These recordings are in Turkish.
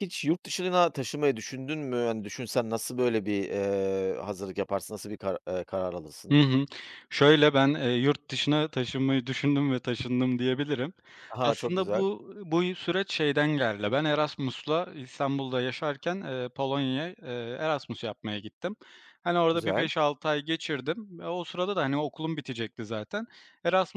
Hiç yurt dışına taşınmayı düşündün mü? Hani, düşünsen nasıl böyle bir, hazırlık yaparsın? Nasıl bir karar Hı alırsın? hı. Şöyle, ben, yurt dışına taşınmayı düşündüm ve taşındım diyebilirim. Aha çok Aslında güzel, bu süreç şeyden geldi. Ben Erasmus'la İstanbul'da yaşarken, Polonya'ya, Erasmus yapmaya gittim. Hani, orada bir güzel. 5-6 ay geçirdim. E, o sırada da, hani, okulum bitecekti zaten.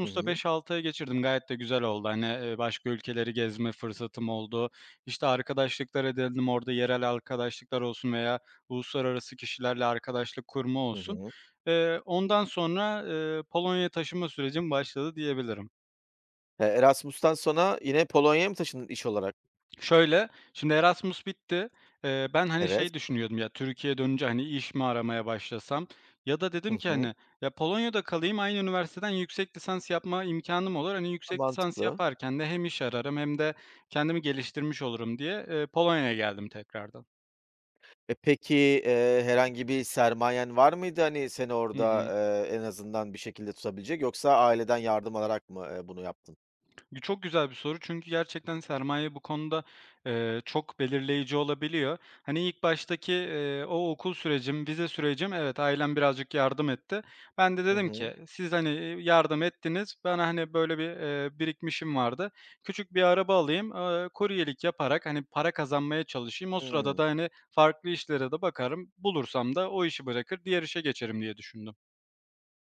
Hı hı. 5-6 ay geçirdim. Gayet de güzel oldu. Hani, başka ülkeleri gezme fırsatım oldu. İşte, arkadaşlıklar edindim. Orada yerel arkadaşlıklar olsun veya uluslararası kişilerle arkadaşlık kurma Hı olsun. hı. Ondan sonra, Polonya'ya taşınma sürecim başladı diyebilirim. Erasmus'tan sonra yine Polonya'ya mı taşındın iş olarak? Şöyle, şimdi Erasmus bitti. Ben, hani, Evet. şey düşünüyordum, ya, Türkiye'ye dönünce, hani, iş mi aramaya başlasam ya da dedim Hı ki, hı. hani, ya, Polonya'da kalayım, aynı üniversiteden yüksek lisans yapma imkanım olur. Hani, yüksek lisans Mantıklı. yaparken de hem iş ararım hem de kendimi geliştirmiş olurum diye, Polonya'ya geldim tekrardan. E, peki, herhangi bir sermayen var mıydı, hani, seni Hı orada, hı. En azından bir şekilde tutabilecek yoksa aileden yardım alarak mı, bunu yaptın? Çok güzel bir soru çünkü gerçekten sermaye bu konuda, çok belirleyici olabiliyor. Hani, ilk baştaki, o okul sürecim, vize sürecim, evet, ailem birazcık yardım etti. Ben de Hı dedim hı. ki, siz, hani, yardım ettiniz, bana, hani, böyle bir, birikmişim vardı. Küçük bir araba alayım, kuryelik yaparak, hani, para kazanmaya çalışayım. O sırada Hıı. da, hani, farklı işlere de bakarım. Bulursam da o işi bırakır, diğer işe geçerim diye düşündüm.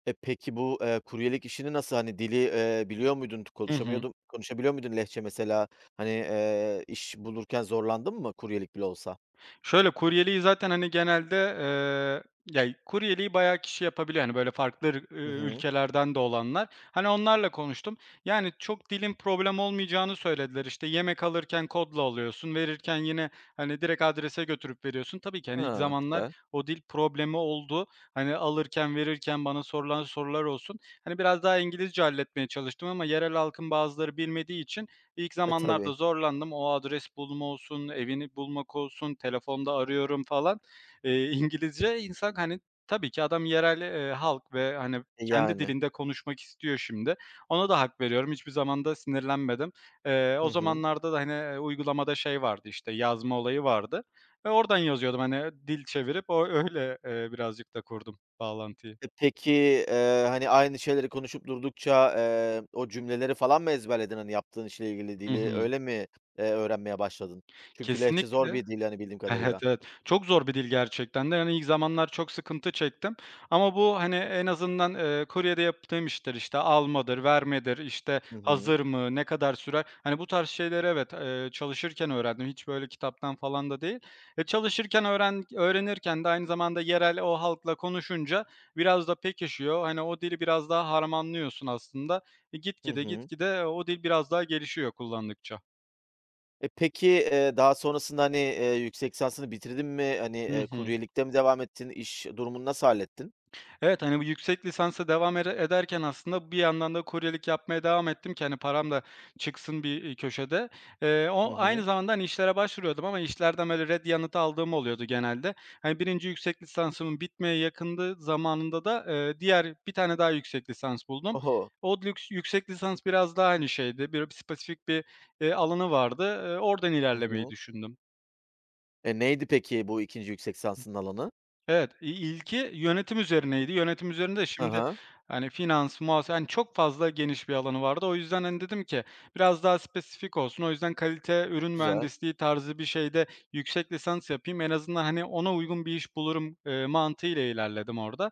E, peki bu, kuryelik işini nasıl, hani, dili, biliyor muydun, Hı hı. Konuşabiliyor muydun Lehçe mesela? Hani, iş bulurken zorlandın mı kuryelik bile olsa? Şöyle, kuryeliği zaten, hani, genelde, ya, kuryeliği bayağı kişi yapabiliyor, hani, böyle farklı Hı hı. ülkelerden de olanlar. Hani, onlarla konuştum. Yani, çok dilin problem olmayacağını söylediler. İşte, yemek alırken kodla alıyorsun, verirken yine, hani, direkt adrese götürüp veriyorsun. Tabii ki, hani, ilk Ha, zamanlar güzel. o dil problemi oldu. Hani, alırken, verirken bana sorulan sorular olsun. Hani, biraz daha İngilizce halletmeye çalıştım ama yerel halkın bazıları bilmediği için İlk E, zamanlarda tabii. zorlandım. O adres bulma olsun, evini bulmak olsun, telefonda arıyorum falan. İngilizce insan, hani, tabii ki adam yerel, halk ve, hani, E, kendi yani. dilinde konuşmak istiyor şimdi. Ona da hak veriyorum. Hiçbir zaman da sinirlenmedim. Hı O hı. zamanlarda da, hani, uygulamada şey vardı, işte, yazma olayı vardı ve oradan yazıyordum, hani, dil çevirip o öyle, birazcık da kurdum bağlantıyı. E, peki, hani, aynı şeyleri konuşup durdukça, o cümleleri falan mı ezberledin? Hani, yaptığın işle ilgili Hı dili hı. öyle mi, öğrenmeye başladın? Çünkü Lehçe zor Kesinlikle. bir dil, hani, bildiğim Evet, kadarıyla. evet. Çok zor bir dil gerçekten de. Yani ilk zamanlar çok sıkıntı çektim ama bu, hani, en azından, kuryede yaptığım işler, işte, almadır, vermedir, işte, Hı hı. hazır mı, ne kadar sürer, hani, bu tarz şeyleri evet, çalışırken öğrendim. Hiç böyle kitaptan falan da değil. E, çalışırken öğrenirken de aynı zamanda yerel o halkla konuşunca biraz da pekişiyor. Hani, o dili biraz daha harmanlıyorsun aslında. E, Hı gitgide, hı. gitgide e, o dil biraz daha gelişiyor kullandıkça. E, peki, daha sonrasında, hani, yüksek lisansını bitirdin mi? Hani, Hı hı. kuryelikte mi devam ettin? İş durumunu nasıl hallettin? Evet, hani, bu yüksek lisansa devam ederken aslında bir yandan da kuryelik yapmaya devam ettim ki, hani, param da çıksın bir, köşede. Hı O hı. aynı zamanda, hani, işlere başvuruyordum ama işlerden, böyle, ret yanıtı aldığım oluyordu genelde. Hani, birinci yüksek lisansımın bitmeye yakındı zamanında da, diğer bir tane daha yüksek lisans buldum. Oho! O lüks yüksek lisans biraz daha, aynı şeydi, bir spesifik bir, alanı vardı. Oradan Hı ilerlemeyi hı. düşündüm. E, neydi peki bu ikinci yüksek lisansının alanı? Evet, ilki yönetim üzerineydi. Yönetim üzerinde Hı şimdi, hı. hani, finans, muhasebe hani, çok fazla geniş bir alanı vardı. O yüzden, hani, dedim ki biraz daha spesifik olsun. O yüzden kalite, ürün Güzel. mühendisliği tarzı bir şeyde yüksek lisans yapayım. En azından, hani, ona uygun bir iş bulurum, mantığıyla ilerledim orada.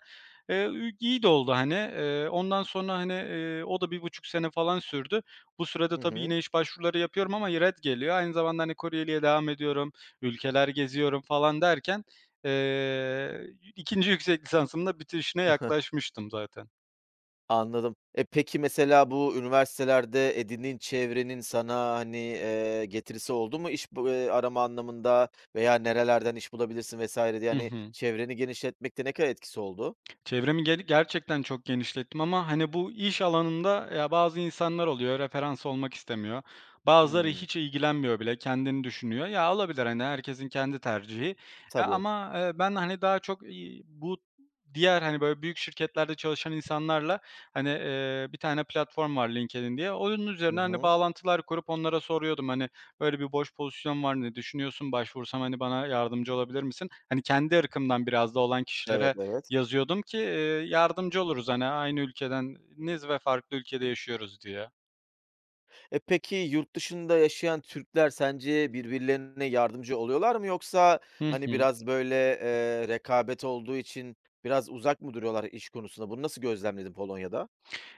Ü iyi de oldu, hani. Ondan sonra, hani, o da 1,5 sene falan sürdü. Bu sürede Hı tabii hı. yine iş başvuruları yapıyorum ama ret geliyor. Aynı zamanda, hani, Koreliye devam ediyorum, ülkeler geziyorum falan derken, Eee, 2'nci yüksek lisansımda bitirişine yaklaşmıştım zaten. Anladım. E, peki, mesela bu üniversitelerde edindiğin çevrenin sana, hani, getirisi oldu mu iş bu arama anlamında veya nerelerden iş bulabilirsin vesaire diye, Hı hani, hı. çevreni genişletmekte ne kadar etkisi oldu? Çevremi gerçekten çok genişlettim ama, hani, bu iş alanında, ya, bazı insanlar oluyor, referans olmak istemiyor. Bazıları Hımm. hiç ilgilenmiyor bile, kendini düşünüyor. Ya, olabilir, hani, herkesin kendi tercihi. E, Tabii. ama, ben, hani, daha çok, bu diğer, hani, böyle büyük şirketlerde çalışan insanlarla, hani, bir tane platform var LinkedIn diye. Onun Hı üzerine hani, hı. bağlantılar kurup onlara soruyordum, hani, "Böyle bir boş pozisyon var, ne düşünüyorsun? Başvursam, hani, bana yardımcı olabilir misin?" Hani, kendi ırkımdan biraz da olan Evet, kişilere evet. yazıyordum ki, yardımcı oluruz, hani, aynı ülkedeniz ve farklı ülkede yaşıyoruz diye. E, peki, yurt dışında yaşayan Türkler sence birbirlerine yardımcı oluyorlar mı yoksa, Hı hani, hı. biraz, böyle, rekabet olduğu için biraz uzak mı duruyorlar iş konusunda? Bunu nasıl gözlemledin Polonya'da?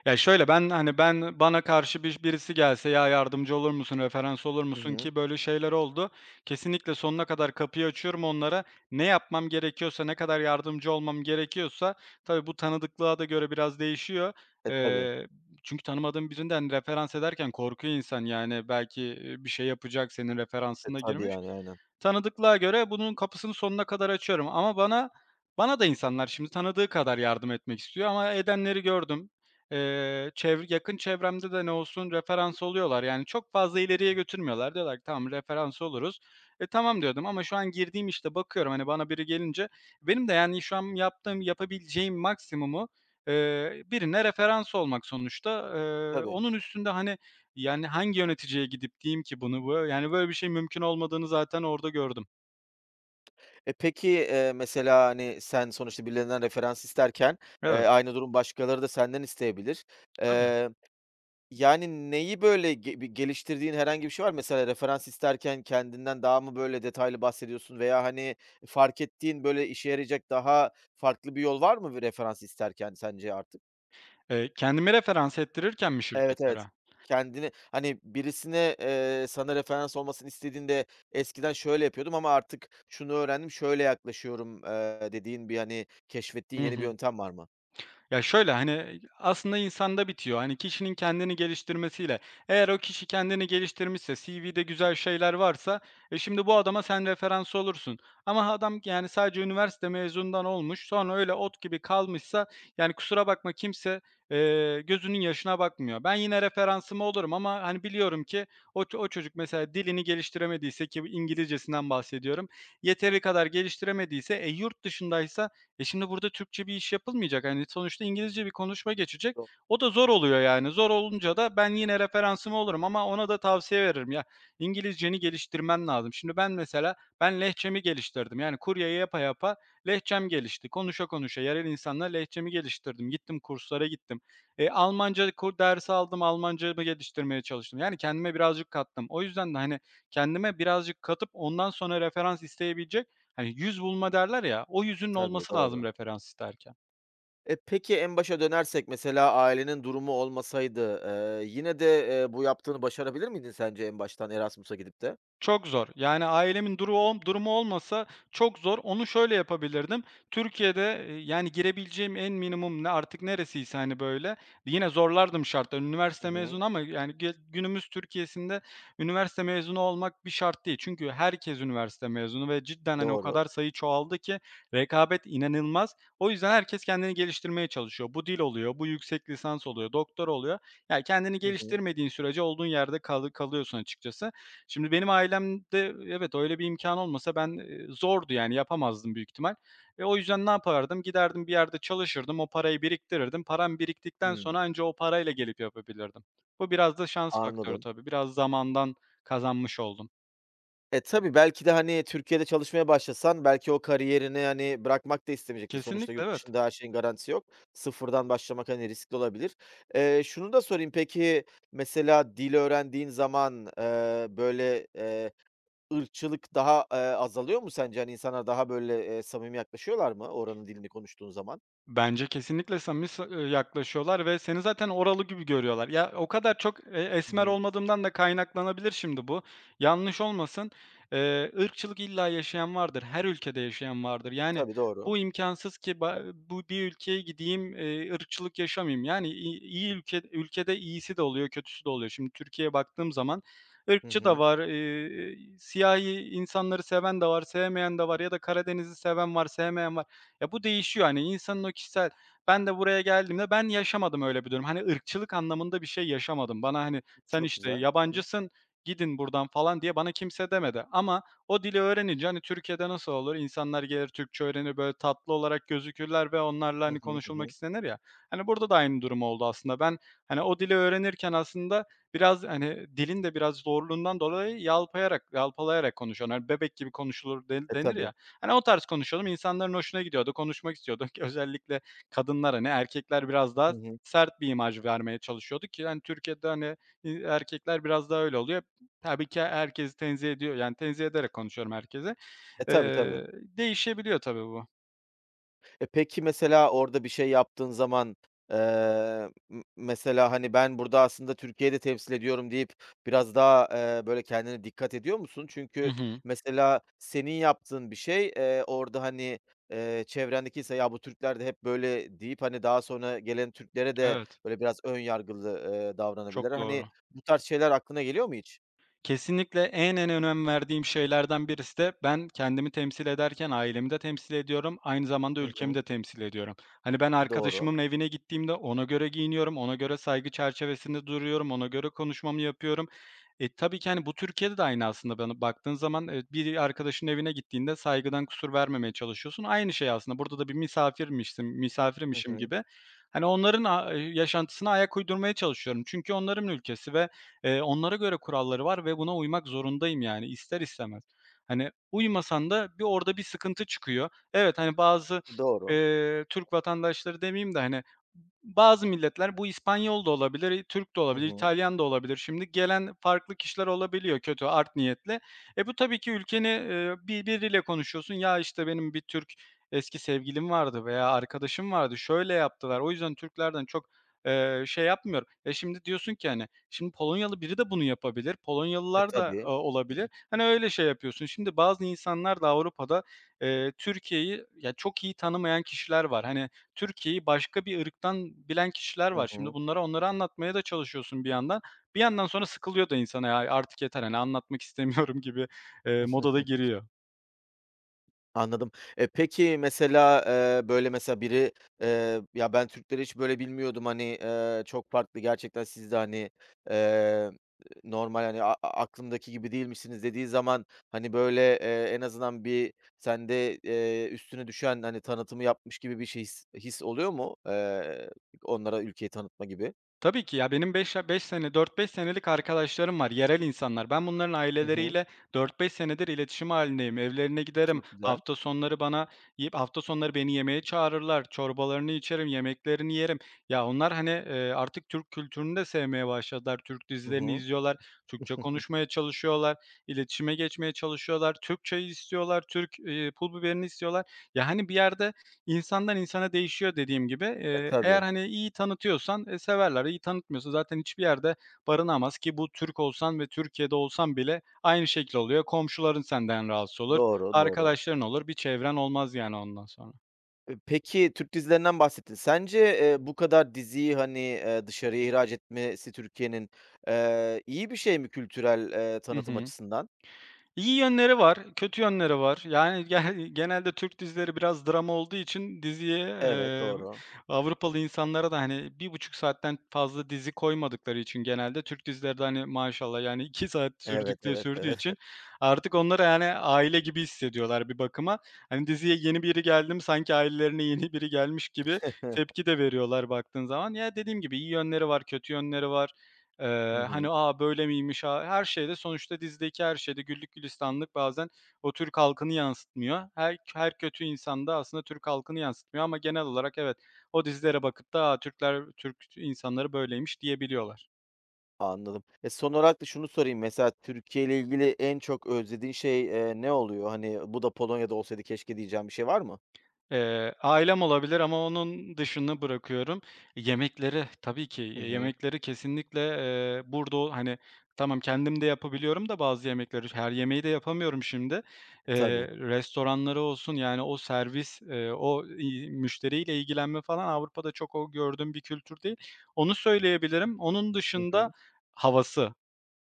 Ya, şöyle, ben, hani, ben bana karşı birisi gelse, "Ya, yardımcı olur musun, referans olur Hı musun?" hı. ki böyle şeyler oldu. Kesinlikle sonuna kadar kapıyı açıyorum onlara. Ne yapmam gerekiyorsa, ne kadar yardımcı olmam gerekiyorsa tabii bu tanıdıklığa da göre biraz değişiyor. E, tabii. Eee, Çünkü tanımadığım birinden referans ederken korkuyor insan, yani, belki, bir şey yapacak, senin E, referansına tabii, girmiş. yani, aynen. Tanıdıklığa göre bunun kapısını sonuna kadar açıyorum ama bana da insanlar şimdi tanıdığı kadar yardım etmek istiyor ama edenleri gördüm. Çevr Yakın çevremde de ne olsun referans oluyorlar. Yani çok fazla ileriye götürmüyorlar. Diyorlar ki "Tamam, referans oluruz." E, "Tamam." diyordum ama şu an girdiğim işte bakıyorum, hani, bana biri gelince benim de, yani, şu an yaptığım, yapabileceğim maksimumu, birine referans olmak sonuçta. Tabii. Onun üstünde, hani, yani, hangi yöneticiye gidip diyeyim ki bunu? Yani, böyle bir şey mümkün olmadığını zaten orada gördüm. E, peki, mesela, hani, sen sonuçta birilerinden referans isterken, Evet, aynı durum başkaları da senden isteyebilir. tabii. Eee Yani, neyi, böyle, bir geliştirdiğin herhangi bir şey var mı? Mesela referans isterken kendinden daha mı, böyle, detaylı bahsediyorsun veya, hani, fark ettiğin, böyle, işe yarayacak daha farklı bir yol var mı bir referans isterken sence artık? Kendimi referans ettirirken mi Evet, evet. şirketlere? Kendini, hani, birisine, sana referans olmasını istediğinde "Eskiden şöyle yapıyordum ama artık şunu öğrendim, şöyle yaklaşıyorum." Dediğin bir, hani, keşfettiğin Hı yeni bir hı. yöntem var mı? Ya, şöyle, hani, aslında insanda bitiyor. Hani, kişinin kendini geliştirmesiyle. Eğer o kişi kendini geliştirmişse, CV'de güzel şeyler varsa, e, şimdi bu adama sen referans olursun. Ama adam, yani, sadece üniversite mezunundan olmuş, sonra öyle ot gibi kalmışsa, yani, kusura bakma kimse, gözünün yaşına bakmıyor. Ben yine referansım olurum ama, hani, biliyorum ki o çocuk mesela dilini geliştiremediyse ki İngilizcesinden bahsediyorum, yeteri kadar geliştiremediyse, yurt dışındaysa şimdi burada Türkçe bir iş yapılmayacak. Hani, sonuçta İngilizce bir konuşma geçecek. Yok, O da zor oluyor yani. Zor olunca da ben yine referansım olurum ama ona da tavsiye veririm. Ya, İngilizceni geliştirmen lazım. Şimdi ben mesela, ben lehçemi geliştirdim. Yani kuryeyi yapa yapa lehçem gelişti. Konuşa konuşa yerel insanlarla lehçemi geliştirdim. Gittim kurslara gittim. E, Almanca dersi aldım. Almancamı geliştirmeye çalıştım. Yani kendime birazcık kattım. O yüzden de, hani, kendime birazcık katıp ondan sonra referans isteyebilecek. Hani, 100 bulma derler ya, o yüzün tabii, olması lazım doğru. referans isterken. E, peki en başa dönersek mesela ailenin durumu olmasaydı, yine de, bu yaptığını başarabilir miydin sence en baştan Erasmus'a gidip de? Çok zor. Yani ailemin durumu olmasa çok zor. Onu şöyle yapabilirdim. Türkiye'de, yani girebileceğim en minimum ne artık neresiyse, hani, böyle, yine zorlardım şartları. Hı Üniversite hı. mezunu ama yani günümüz Türkiye'sinde üniversite mezunu olmak bir şart değil. Çünkü herkes üniversite mezunu ve cidden, hani, o kadar Doğru. sayı çoğaldı ki rekabet inanılmaz. O yüzden herkes kendini geliştirmeye çalışıyor. Bu dil oluyor, bu yüksek lisans oluyor, doktor oluyor. Yani kendini Hı hı. geliştirmediğin sürece olduğun yerde kalıyorsun açıkçası. Şimdi benim ailemde evet, öyle bir imkan olmasa ben, zordu yani yapamazdım büyük ihtimal. E, o yüzden ne yapardım? Giderdim bir yerde çalışırdım, o parayı biriktirirdim. Param biriktikten Hımm. sonra anca o parayla gelip yapabilirdim. Bu biraz da şans faktörü Anladım. tabii. Biraz zamandan kazanmış oldum. E, tabii belki de, hani, Türkiye'de çalışmaya başlasan belki o kariyerini, hani, bırakmak da istemeyecektin. Sonuçta Kesinlikle yurt evet. dışında her şeyin garantisi yok. Sıfırdan başlamak, hani, riskli olabilir. Şunu da sorayım, peki, mesela dil öğrendiğin zaman, böyle, ırkçılık daha, azalıyor mu sence? Hani, insanlar daha böyle, samimi yaklaşıyorlar mı oranın dilini konuştuğun zaman? Bence kesinlikle samimi s yaklaşıyorlar ve seni zaten oralı gibi görüyorlar. Ya, o kadar çok, Hı esmer hı. olmadığımdan da kaynaklanabilir şimdi bu. Yanlış olmasın, ırkçılık illa yaşayan vardır, her ülkede yaşayan vardır. Yani, Tabii, doğru. bu imkansız ki bu bir ülkeye gideyim, ırkçılık yaşamayayım. Yani, iyi ülkede iyisi de oluyor, kötüsü de oluyor. Şimdi Türkiye'ye baktığım zaman Hı ırkçı da hı. var, siyahi insanları seven de var, sevmeyen de var ya da Karadeniz'i seven var, sevmeyen var. Ya, bu değişiyor, hani, insanın o kişisel. Ben de buraya geldiğimde ben yaşamadım öyle bir durum. Hani, ırkçılık anlamında bir şey yaşamadım. Bana, hani, "Sen, Çok işte, güzel. Hı yabancısın, gidin buradan." falan diye bana kimse demedi ama o dili öğrenince, hani, Türkiye'de nasıl olur? İnsanlar gelir Türkçe öğrenir, böyle tatlı olarak gözükürler ve onlarla, hı hani, hı, hı konuşulmak hı. istenir ya. Hani, burada da aynı durum oldu aslında. Ben, hani, o dili öğrenirken aslında biraz, hani, dilin de biraz zorluğundan dolayı yalpalayarak konuşuyorum. Hani, "bebek gibi konuşulur" de E, denir tabii. ya. Hani o tarz konuşuyordum. İnsanların hoşuna gidiyordu, konuşmak istiyorduk. Özellikle kadınlar hani, erkekler biraz Hı daha hı. sert bir imaj vermeye çalışıyordu ki hani Türkiye'de hani, erkekler biraz daha öyle oluyor. Tabii ki herkesi tenzih ediyor, yani tenzih ederek konuşuyorum herkese. E, tabii, tabii. Değişebiliyor tabii bu. E, peki mesela orada bir şey yaptığın zaman, m mesela, hani, ben burada aslında Türkiye'de temsil ediyorum deyip biraz daha, böyle kendine dikkat ediyor musun? Hı Çünkü hı. mesela senin yaptığın bir şey, orada, hani, çevrendeki ise "Ya, bu Türkler de hep böyle." deyip, hani, daha sonra gelen Türklere de Evet, böyle biraz ön yargılı, davranabilir. çok doğru. Hani, bu tarz şeyler aklına geliyor mu hiç? Kesinlikle en önem verdiğim şeylerden birisi de ben kendimi temsil ederken ailemi de temsil ediyorum, aynı zamanda Hı ülkemi hı. de temsil ediyorum. Hani ben Doğru. arkadaşımın evine gittiğimde ona göre giyiniyorum, ona göre saygı çerçevesinde duruyorum, ona göre konuşmamı yapıyorum. E, tabii ki, hani, bu Türkiye'de de aynı aslında bana baktığın zaman, bir arkadaşının evine gittiğinde saygıdan kusur vermemeye çalışıyorsun. Aynı şey aslında. Burada da bir misafirmişsin Hı misafirmişim hı. gibi, hani, onların yaşantısına ayak uydurmaya çalışıyorum. Çünkü onların ülkesi ve, onlara göre kuralları var ve buna uymak zorundayım, yani, ister istemez. Hani, uymasan da bir orada bir sıkıntı çıkıyor. Evet, hani, bazı, Doğru. Türk vatandaşları demeyeyim de, hani, bazı milletler bu İspanyol da olabilir, Türk de Hı olabilir, hı. İtalyan da olabilir. Şimdi gelen farklı kişiler olabiliyor kötü, art niyetli. E, bu tabii ki ülkeni, bir biriyle konuşuyorsun. "Ya, işte, benim bir Türk eski sevgilim vardı veya arkadaşım vardı, şöyle yaptılar. O yüzden Türklerden çok, şey yapmıyorum." E, şimdi diyorsun ki, hani, şimdi Polonyalı biri de bunu yapabilir. E, Polonyalılar da, tabii. olabilir. Hani, öyle şey yapıyorsun. Şimdi bazı insanlar da Avrupa'da, Türkiye'yi ya, çok iyi tanımayan kişiler var. Hani, Türkiye'yi başka bir ırktan bilen kişiler Hı var. Şimdi hı. bunlara onları anlatmaya da çalışıyorsun bir yandan. Bir yandan sonra sıkılıyor da insan, "Ya, artık yeter, hani, anlatmak istemiyorum." gibi, moda da giriyor. Anladım. E, peki mesela, böyle, mesela biri, "Ya, ben Türkleri hiç böyle bilmiyordum, hani, çok farklı gerçekten siz de, hani, eee, normal, hani, aklımdaki gibi değilmişsiniz." dediği zaman, hani, böyle, en azından bir sende, üstüne düşen, hani, tanıtımı yapmış gibi bir şey his oluyor mu? Onlara ülkeyi tanıtma gibi? Tabii ki ya benim beş ya 5 sene 4-5 senelik arkadaşlarım var, yerel insanlar. Ben bunların Hı hı. aileleriyle 4-5 senedir iletişim halindeyim. Evlerine giderim. Çok güzel. Hafta sonları beni yemeğe çağırırlar. Çorbalarını içerim, yemeklerini yerim. Ya onlar, hani, artık Türk kültürünü de sevmeye başladılar. Türk Hı dizilerini hı. izliyorlar. Türkçe konuşmaya çalışıyorlar. İletişime geçmeye çalışıyorlar. Türkçeyi istiyorlar. Türk, pul biberini istiyorlar. Ya, hani, bir yerde İnsandan insana değişiyor dediğim gibi. E, Eğer, tabii. hani, iyi tanıtıyorsan, severler. İyi tanıtmıyorsa zaten hiçbir yerde barınamaz ki bu Türk olsan ve Türkiye'de olsan bile aynı şekil oluyor. Komşuların senden rahatsız olur, Doğru, doğru. arkadaşların olur, bir çevren olmaz yani ondan sonra. Peki, Türk dizilerinden bahsettin. Sence, bu kadar diziyi, hani, dışarıya ihraç etmesi Türkiye'nin, iyi bir şey mi kültürel, Hı tanıtım hı. açısından? İyi yönleri var, kötü yönleri var. Yani genelde Türk dizileri biraz drama olduğu için diziye, Evet, doğru. Avrupalı insanlara da, hani, 1,5 saatten fazla dizi koymadıkları için genelde Türk dizileri de, hani, maşallah, yani, 2 saat Evet, evet, sürdüğü evet. için artık onlar, yani, aile gibi hissediyorlar bir bakıma. Hani, diziye yeni biri geldi mi sanki ailelerine yeni biri gelmiş gibi tepki de veriyorlar baktığın zaman. Ya, dediğim gibi iyi yönleri var, kötü yönleri var. Hı Hani, hı. aa böyle miymiş? A" Her şeyde sonuçta dizideki her şeyde güllük gülistanlık bazen o Türk halkını yansıtmıyor. Her kötü insan da aslında Türk halkını yansıtmıyor ama genel olarak evet, o dizilere bakıp da, "A, Türkler Türk insanları böyleymiş." diyebiliyorlar. Anladım. E, son olarak da şunu sorayım. Mesela Türkiye ile ilgili en çok özlediğin şey, ne oluyor? Hani, bu da Polonya'da olsaydı keşke diyeceğin bir şey var mı? Ailem olabilir ama onun dışını bırakıyorum. Yemekleri tabii ki, Hı hı. yemekleri kesinlikle, burada o hani, tamam kendim de yapabiliyorum da bazı yemekleri, her yemeği de yapamıyorum şimdi. E, Eee, tabii. Restoranları olsun, yani o servis, o i müşteriyle ilgilenme falan Avrupa'da çok o gördüğüm bir kültür değil. Onu söyleyebilirim. Onun Hı dışında hı. havası.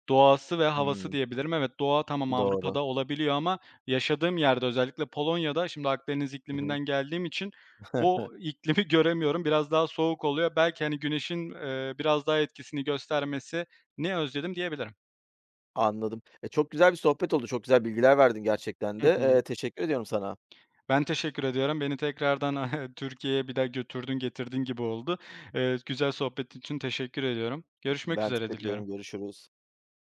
Doğası ve havası Hımm. diyebilirim. Evet, doğa tamam Doğru. Avrupa'da olabiliyor ama yaşadığım yerde özellikle Polonya'da şimdi Akdeniz Hı hı. ikliminden geldiğim için o iklimi göremiyorum. Biraz daha soğuk oluyor. Belki, hani, güneşin, biraz daha etkisini göstermesi ne özledim diyebilirim. Anladım. E, çok güzel bir sohbet oldu. Çok güzel bilgiler verdin gerçekten Hı de. Hı. Teşekkür ediyorum sana. Ben teşekkür ediyorum. Beni tekrardan Türkiye'ye bir daha götürdün, getirdin gibi oldu. Güzel sohbet için teşekkür ediyorum. Görüşmek Ben üzere teşekkür diliyorum. ederim. Görüşürüz.